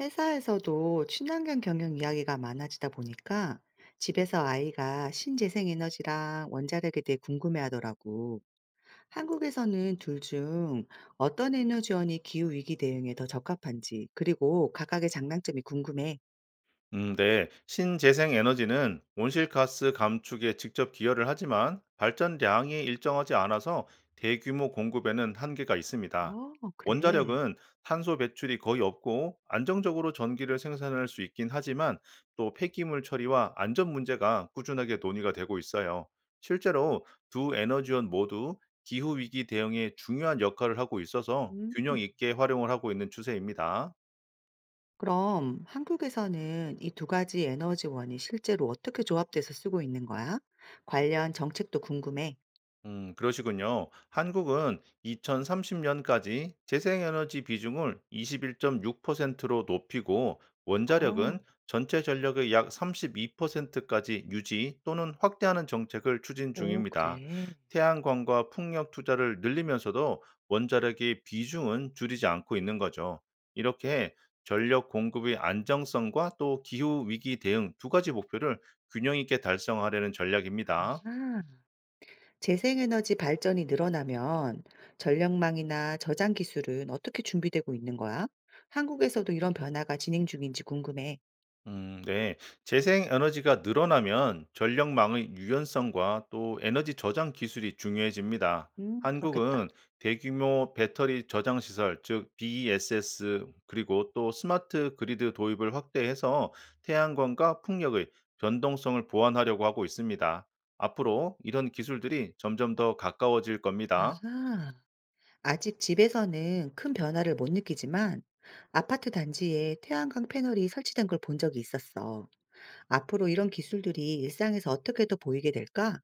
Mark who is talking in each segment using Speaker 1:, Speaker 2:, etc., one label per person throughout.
Speaker 1: 회사에서도 친환경 경영 이야기가 많아지다 보니까 집에서 아이가 신재생 에너지랑 원자력에 대해 궁금해 하더라고. 한국에서는 둘 중 어떤 에너지원이 기후 위기 대응에 더 적합한지, 그리고 각각의 장단점이 궁금해.
Speaker 2: 네. 신재생 에너지는 온실가스 감축에 직접 기여를 하지만 발전량이 일정하지 않아서 대규모 공급에는 한계가 있습니다.
Speaker 1: 어, 그래.
Speaker 2: 원자력은 탄소 배출이 거의 없고 안정적으로 전기를 생산할 수 있긴 하지만 또 폐기물 처리와 안전 문제가 꾸준하게 논의가 되고 있어요. 실제로 두 에너지원 모두 기후 위기 대응에 중요한 역할을 하고 있어서
Speaker 1: 음.
Speaker 2: 균형 있게 활용을 하고 있는 추세입니다.
Speaker 1: 그럼 한국에서는 이 두 가지 에너지원이 실제로 어떻게 조합돼서 쓰고 있는 거야? 관련 정책도 궁금해.
Speaker 2: 그러시군요. 한국은 2030년까지 재생에너지 비중을 21.6%로 높이고
Speaker 1: 어,
Speaker 2: 원자력은 전체 전력의 약 32%까지 유지 또는 확대하는 정책을 추진
Speaker 1: 오,
Speaker 2: 중입니다.
Speaker 1: 그래.
Speaker 2: 태양광과 풍력 투자를 늘리면서도 원자력의 비중은 줄이지 않고 있는 거죠. 이렇게 전력 공급의 안정성과 또 기후 위기 대응 두 가지 목표를 균형 있게 달성하려는 전략입니다.
Speaker 1: 아하. 재생에너지 발전이 늘어나면 전력망이나 저장 기술은 어떻게 준비되고 있는 거야? 한국에서도 이런 변화가 진행 중인지 궁금해.
Speaker 2: 네. 재생 에너지가 늘어나면 전력망의 유연성과 또 에너지 저장 기술이 중요해집니다.
Speaker 1: 그렇겠다.
Speaker 2: 한국은 대규모 배터리 저장 시설, 즉 BESS 그리고 또 스마트 그리드 도입을 확대해서 태양광과 풍력의 변동성을 보완하려고 하고 있습니다. 앞으로 이런 기술들이 점점 더 가까워질 겁니다.
Speaker 1: 아하. 아직 집에서는 큰 변화를 못 느끼지만 아파트 단지에 태양광 패널이 설치된 걸 본 적이 있었어. 앞으로 이런 기술들이 일상에서 어떻게 더 보이게 될까?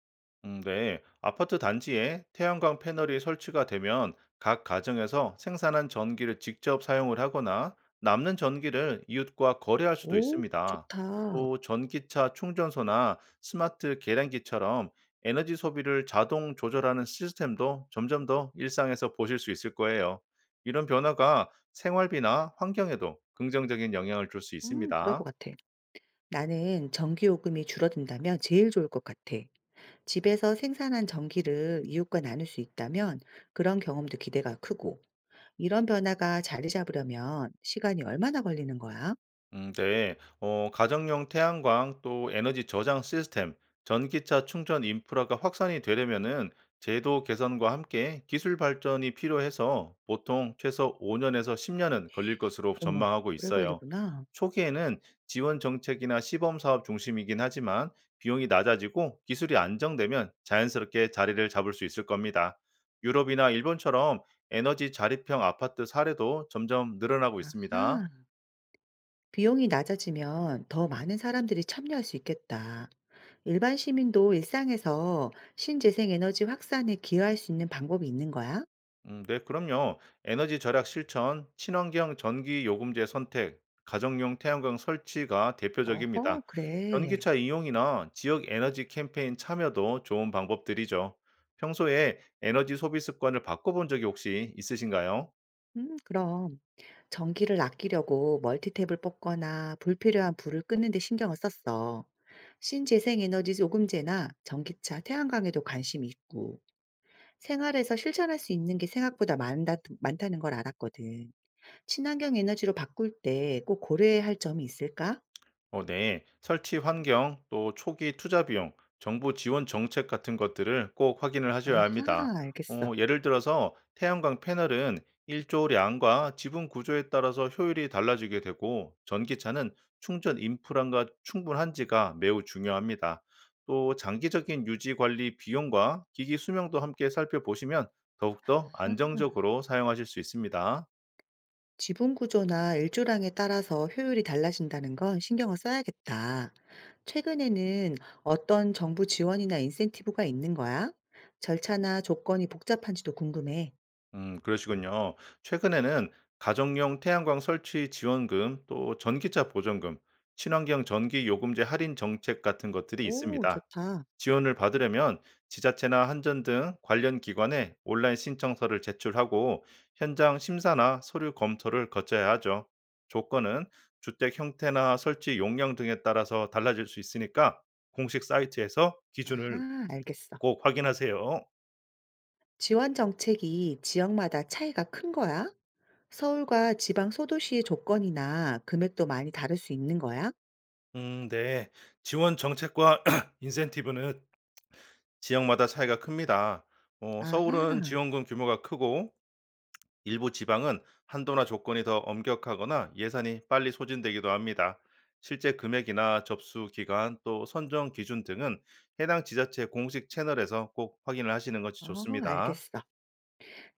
Speaker 2: 네. 아파트 단지에 태양광 패널이 설치가 되면 각 가정에서 생산한 전기를 직접 사용을 하거나 남는 전기를 이웃과 거래할 수도
Speaker 1: 오,
Speaker 2: 있습니다.
Speaker 1: 좋다.
Speaker 2: 또 전기차 충전소나 스마트 계량기처럼 에너지 소비를 자동 조절하는 시스템도 점점 더 일상에서 보실 수 있을 거예요. 이런 변화가 생활비나 환경에도 긍정적인 영향을 줄 수
Speaker 1: 그럴 것
Speaker 2: 있습니다.
Speaker 1: 같아. 나는 전기요금이 줄어든다면 제일 좋을 것 같아. 집에서 생산한 전기를 이웃과 나눌 수 있다면 그런 경험도 기대가 크고, 이런 변화가 자리 잡으려면 시간이 얼마나 걸리는 거야?
Speaker 2: 네. 가정용 태양광 또 에너지 저장 시스템, 전기차 충전 인프라가 확산이 되려면은 제도 개선과 함께 기술 발전이 필요해서 보통 최소 5년에서 10년은 걸릴 것으로
Speaker 1: 어머,
Speaker 2: 전망하고
Speaker 1: 오래
Speaker 2: 있어요.
Speaker 1: 걸리구나.
Speaker 2: 초기에는 지원 정책이나 시범 사업 중심이긴 하지만 비용이 낮아지고 기술이 안정되면 자연스럽게 자리를 잡을 수 있을 겁니다. 유럽이나 일본처럼 에너지 자립형 아파트 사례도 점점 늘어나고 있습니다.
Speaker 1: 아하. 비용이 낮아지면 더 많은 사람들이 참여할 수 있겠다. 일반 시민도 일상에서 신재생 에너지 확산에 기여할 수 있는 방법이 있는 거야?
Speaker 2: 네, 그럼요. 에너지 절약 실천, 친환경 전기 요금제 선택, 가정용 태양광 설치가
Speaker 1: 어허,
Speaker 2: 대표적입니다.
Speaker 1: 그래.
Speaker 2: 전기차 이용이나 지역 에너지 캠페인 참여도 좋은 방법들이죠. 평소에 에너지 소비 습관을 바꿔본 적이 혹시 있으신가요?
Speaker 1: 그럼. 전기를 아끼려고 멀티탭을 뽑거나 불필요한 불을 끄는 데 신경을 썼어. 신재생에너지 요금제나 전기차, 태양광에도 관심이 있고, 생활에서 실천할 수 있는 게 생각보다 많다는 걸 알았거든. 친환경 에너지로 바꿀 때 꼭 고려해야 할 점이 있을까?
Speaker 2: 네. 설치 환경, 또 초기 투자 비용, 정부 지원 정책 같은 것들을 꼭 확인을 하셔야 합니다.
Speaker 1: 아하, 알겠어.
Speaker 2: 예를 들어서 태양광 패널은 일조량과 지분 구조에 따라서 효율이 달라지게 되고, 전기차는 충전 인프라가 충분한지가 매우 중요합니다. 또 장기적인 유지 관리 비용과 기기 수명도 함께 살펴보시면 더욱더 안정적으로 사용하실 수 있습니다.
Speaker 1: 지분 구조나 일조량에 따라서 효율이 달라진다는 건 신경을 써야겠다. 최근에는 어떤 정부 지원이나 인센티브가 있는 거야? 절차나 조건이 복잡한지도 궁금해.
Speaker 2: 그러시군요. 최근에는 가정용 태양광 설치 지원금, 또 전기차 보전금, 친환경 전기 요금제 할인 정책 같은 것들이
Speaker 1: 오,
Speaker 2: 있습니다.
Speaker 1: 좋다.
Speaker 2: 지원을 받으려면 지자체나 한전 등 관련 기관에 온라인 신청서를 제출하고 현장 심사나 서류 검토를 거쳐야 하죠. 조건은 주택 형태나 설치 용량 등에 따라서 달라질 수 있으니까 공식 사이트에서 기준을
Speaker 1: 아하, 알겠어.
Speaker 2: 꼭 확인하세요.
Speaker 1: 지원 정책이 지역마다 차이가 큰 거야? 서울과 지방 소도시의 조건이나 금액도 많이 다를 수 있는 거야?
Speaker 2: 네. 지원 정책과 인센티브는 지역마다 차이가 큽니다. 서울은
Speaker 1: 아하,
Speaker 2: 지원금 규모가 크고 일부 지방은 한도나 조건이 더 엄격하거나 예산이 빨리 소진되기도 합니다. 실제 금액이나 접수 기간 또 선정 기준 등은 해당 지자체 공식 채널에서 꼭 확인을 하시는 것이
Speaker 1: 어,
Speaker 2: 좋습니다.
Speaker 1: 알겠어.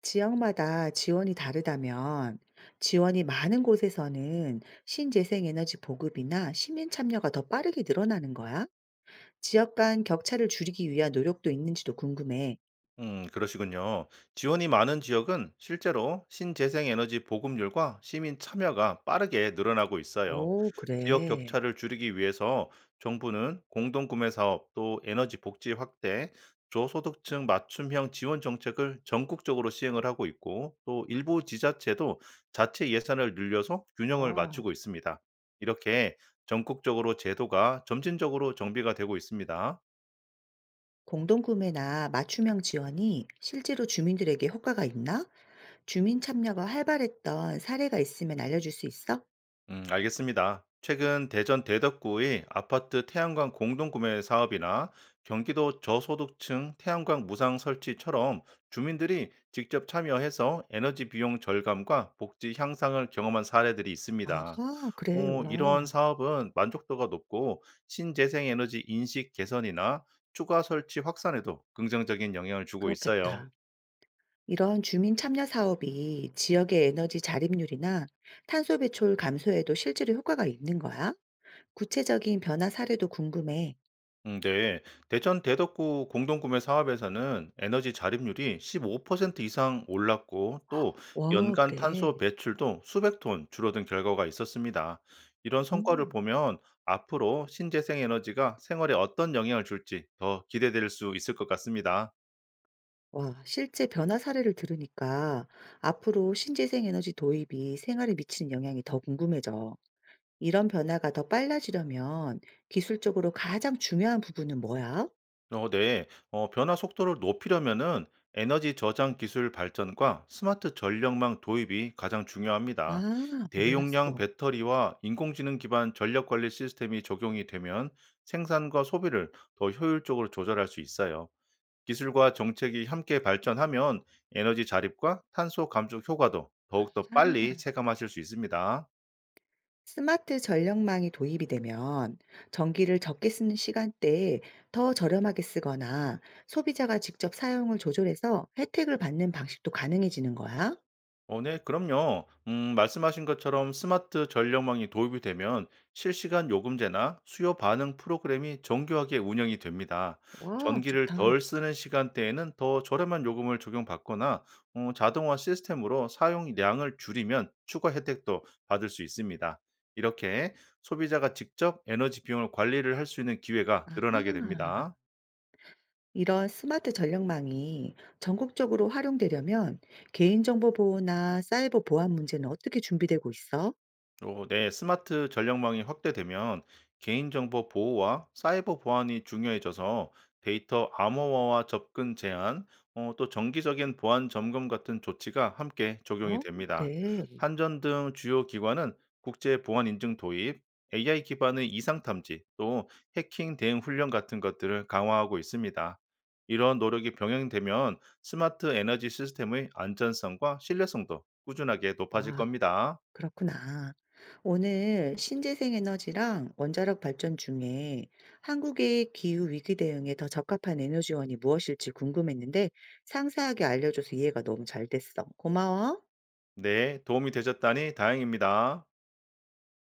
Speaker 1: 지역마다 지원이 다르다면 지원이 많은 곳에서는 신재생 에너지 보급이나 시민 참여가 더 빠르게 늘어나는 거야? 지역 간 격차를 줄이기 위한 노력도 있는지도 궁금해.
Speaker 2: 그러시군요. 지원이 많은 지역은 실제로 신재생에너지 보급률과 시민 참여가 빠르게 늘어나고 있어요.
Speaker 1: 오,
Speaker 2: 지역
Speaker 1: 그래.
Speaker 2: 격차를 줄이기 위해서 정부는 공동구매 사업, 또 에너지 복지 확대, 저소득층 맞춤형 지원 정책을 전국적으로 시행을 하고 있고, 또 일부 지자체도 자체 예산을 늘려서 균형을
Speaker 1: 와.
Speaker 2: 맞추고 있습니다. 이렇게 전국적으로 제도가 점진적으로 정비가 되고 있습니다.
Speaker 1: 공동구매나 맞춤형 지원이 실제로 주민들에게 효과가 있나? 주민 참여가 활발했던 사례가 있으면 알려줄 수 있어?
Speaker 2: 알겠습니다. 최근 대전 대덕구의 아파트 태양광 공동구매 사업이나 경기도 저소득층 태양광 무상 설치처럼 주민들이 직접 참여해서 에너지 비용 절감과 복지 향상을 경험한 사례들이 있습니다.
Speaker 1: 아하, 그래.
Speaker 2: 이러한
Speaker 1: 와.
Speaker 2: 사업은 만족도가 높고 신재생 에너지 인식 개선이나 추가 설치 확산에도 긍정적인 영향을 주고 있어요.
Speaker 1: 그렇겠다. 이런 주민 참여 사업이 지역의 에너지 자립률이나 탄소 배출 감소에도 실제로 효과가 있는 거야? 구체적인 변화 사례도 궁금해.
Speaker 2: 네. 대전 대덕구 공동구매 사업에서는 에너지 자립률이 15% 이상 올랐고 또
Speaker 1: 와,
Speaker 2: 연간 탄소
Speaker 1: 그래.
Speaker 2: 배출도 수백 톤 줄어든 결과가 있었습니다. 이런 성과를
Speaker 1: 음.
Speaker 2: 보면 앞으로 신재생 에너지가 생활에 어떤 영향을 줄지 더 기대될 수 있을 것 같습니다.
Speaker 1: 와, 실제 변화 사례를 들으니까 앞으로 신재생 에너지 도입이 생활에 미치는 영향이 더 궁금해져. 이런 변화가 더 빨라지려면 기술적으로 가장 중요한 부분은 뭐야?
Speaker 2: 네. 변화 속도를 높이려면은 에너지 저장 기술 발전과 스마트 전력망 도입이 가장 중요합니다.
Speaker 1: 아,
Speaker 2: 대용량
Speaker 1: 몰랐어.
Speaker 2: 배터리와 인공지능 기반 전력 관리 시스템이 적용이 되면 생산과 소비를 더 효율적으로 조절할 수 있어요. 기술과 정책이 함께 발전하면 에너지 자립과 탄소 감축 효과도 더욱더 빨리
Speaker 1: 아.
Speaker 2: 체감하실 수 있습니다.
Speaker 1: 스마트 전력망이 도입이 되면 전기를 적게 쓰는 시간대에 더 저렴하게 쓰거나 소비자가 직접 사용을 조절해서 혜택을 받는 방식도 가능해지는 거야.
Speaker 2: 네, 그럼요. 말씀하신 것처럼 스마트 전력망이 도입이 되면 실시간 요금제나 수요 반응 프로그램이 정교하게 운영이 됩니다.
Speaker 1: 와,
Speaker 2: 전기를
Speaker 1: 좋다.
Speaker 2: 덜 쓰는 시간대에는 더 저렴한 요금을 적용받거나 자동화 시스템으로 사용량을 줄이면 추가 혜택도 받을 수 있습니다. 이렇게 소비자가 직접 에너지 비용을 관리를 할 수 있는 기회가 늘어나게
Speaker 1: 아하.
Speaker 2: 됩니다.
Speaker 1: 이런 스마트 전력망이 전국적으로 활용되려면 개인정보 보호나 사이버 보안 문제는 어떻게 준비되고 있어?
Speaker 2: 네, 스마트 전력망이 확대되면 개인정보 보호와 사이버 보안이 중요해져서 데이터 암호화와 접근 제한, 또 정기적인 보안 점검 같은 조치가 함께 적용이
Speaker 1: 어,
Speaker 2: 됩니다.
Speaker 1: 그래.
Speaker 2: 한전 등 주요 기관은 국제 보안 인증 도입, AI 기반의 이상 탐지, 또 해킹 대응 훈련 같은 것들을 강화하고 있습니다. 이런 노력이 병행되면 스마트 에너지 시스템의 안전성과 신뢰성도 꾸준하게 높아질
Speaker 1: 와.
Speaker 2: 겁니다.
Speaker 1: 그렇구나. 오늘 신재생 에너지랑 원자력 발전 중에 한국의 기후 위기 대응에 더 적합한 에너지원이 무엇일지 궁금했는데 상세하게 알려줘서 이해가 너무 잘 됐어. 고마워.
Speaker 2: 네, 도움이 되셨다니 다행입니다.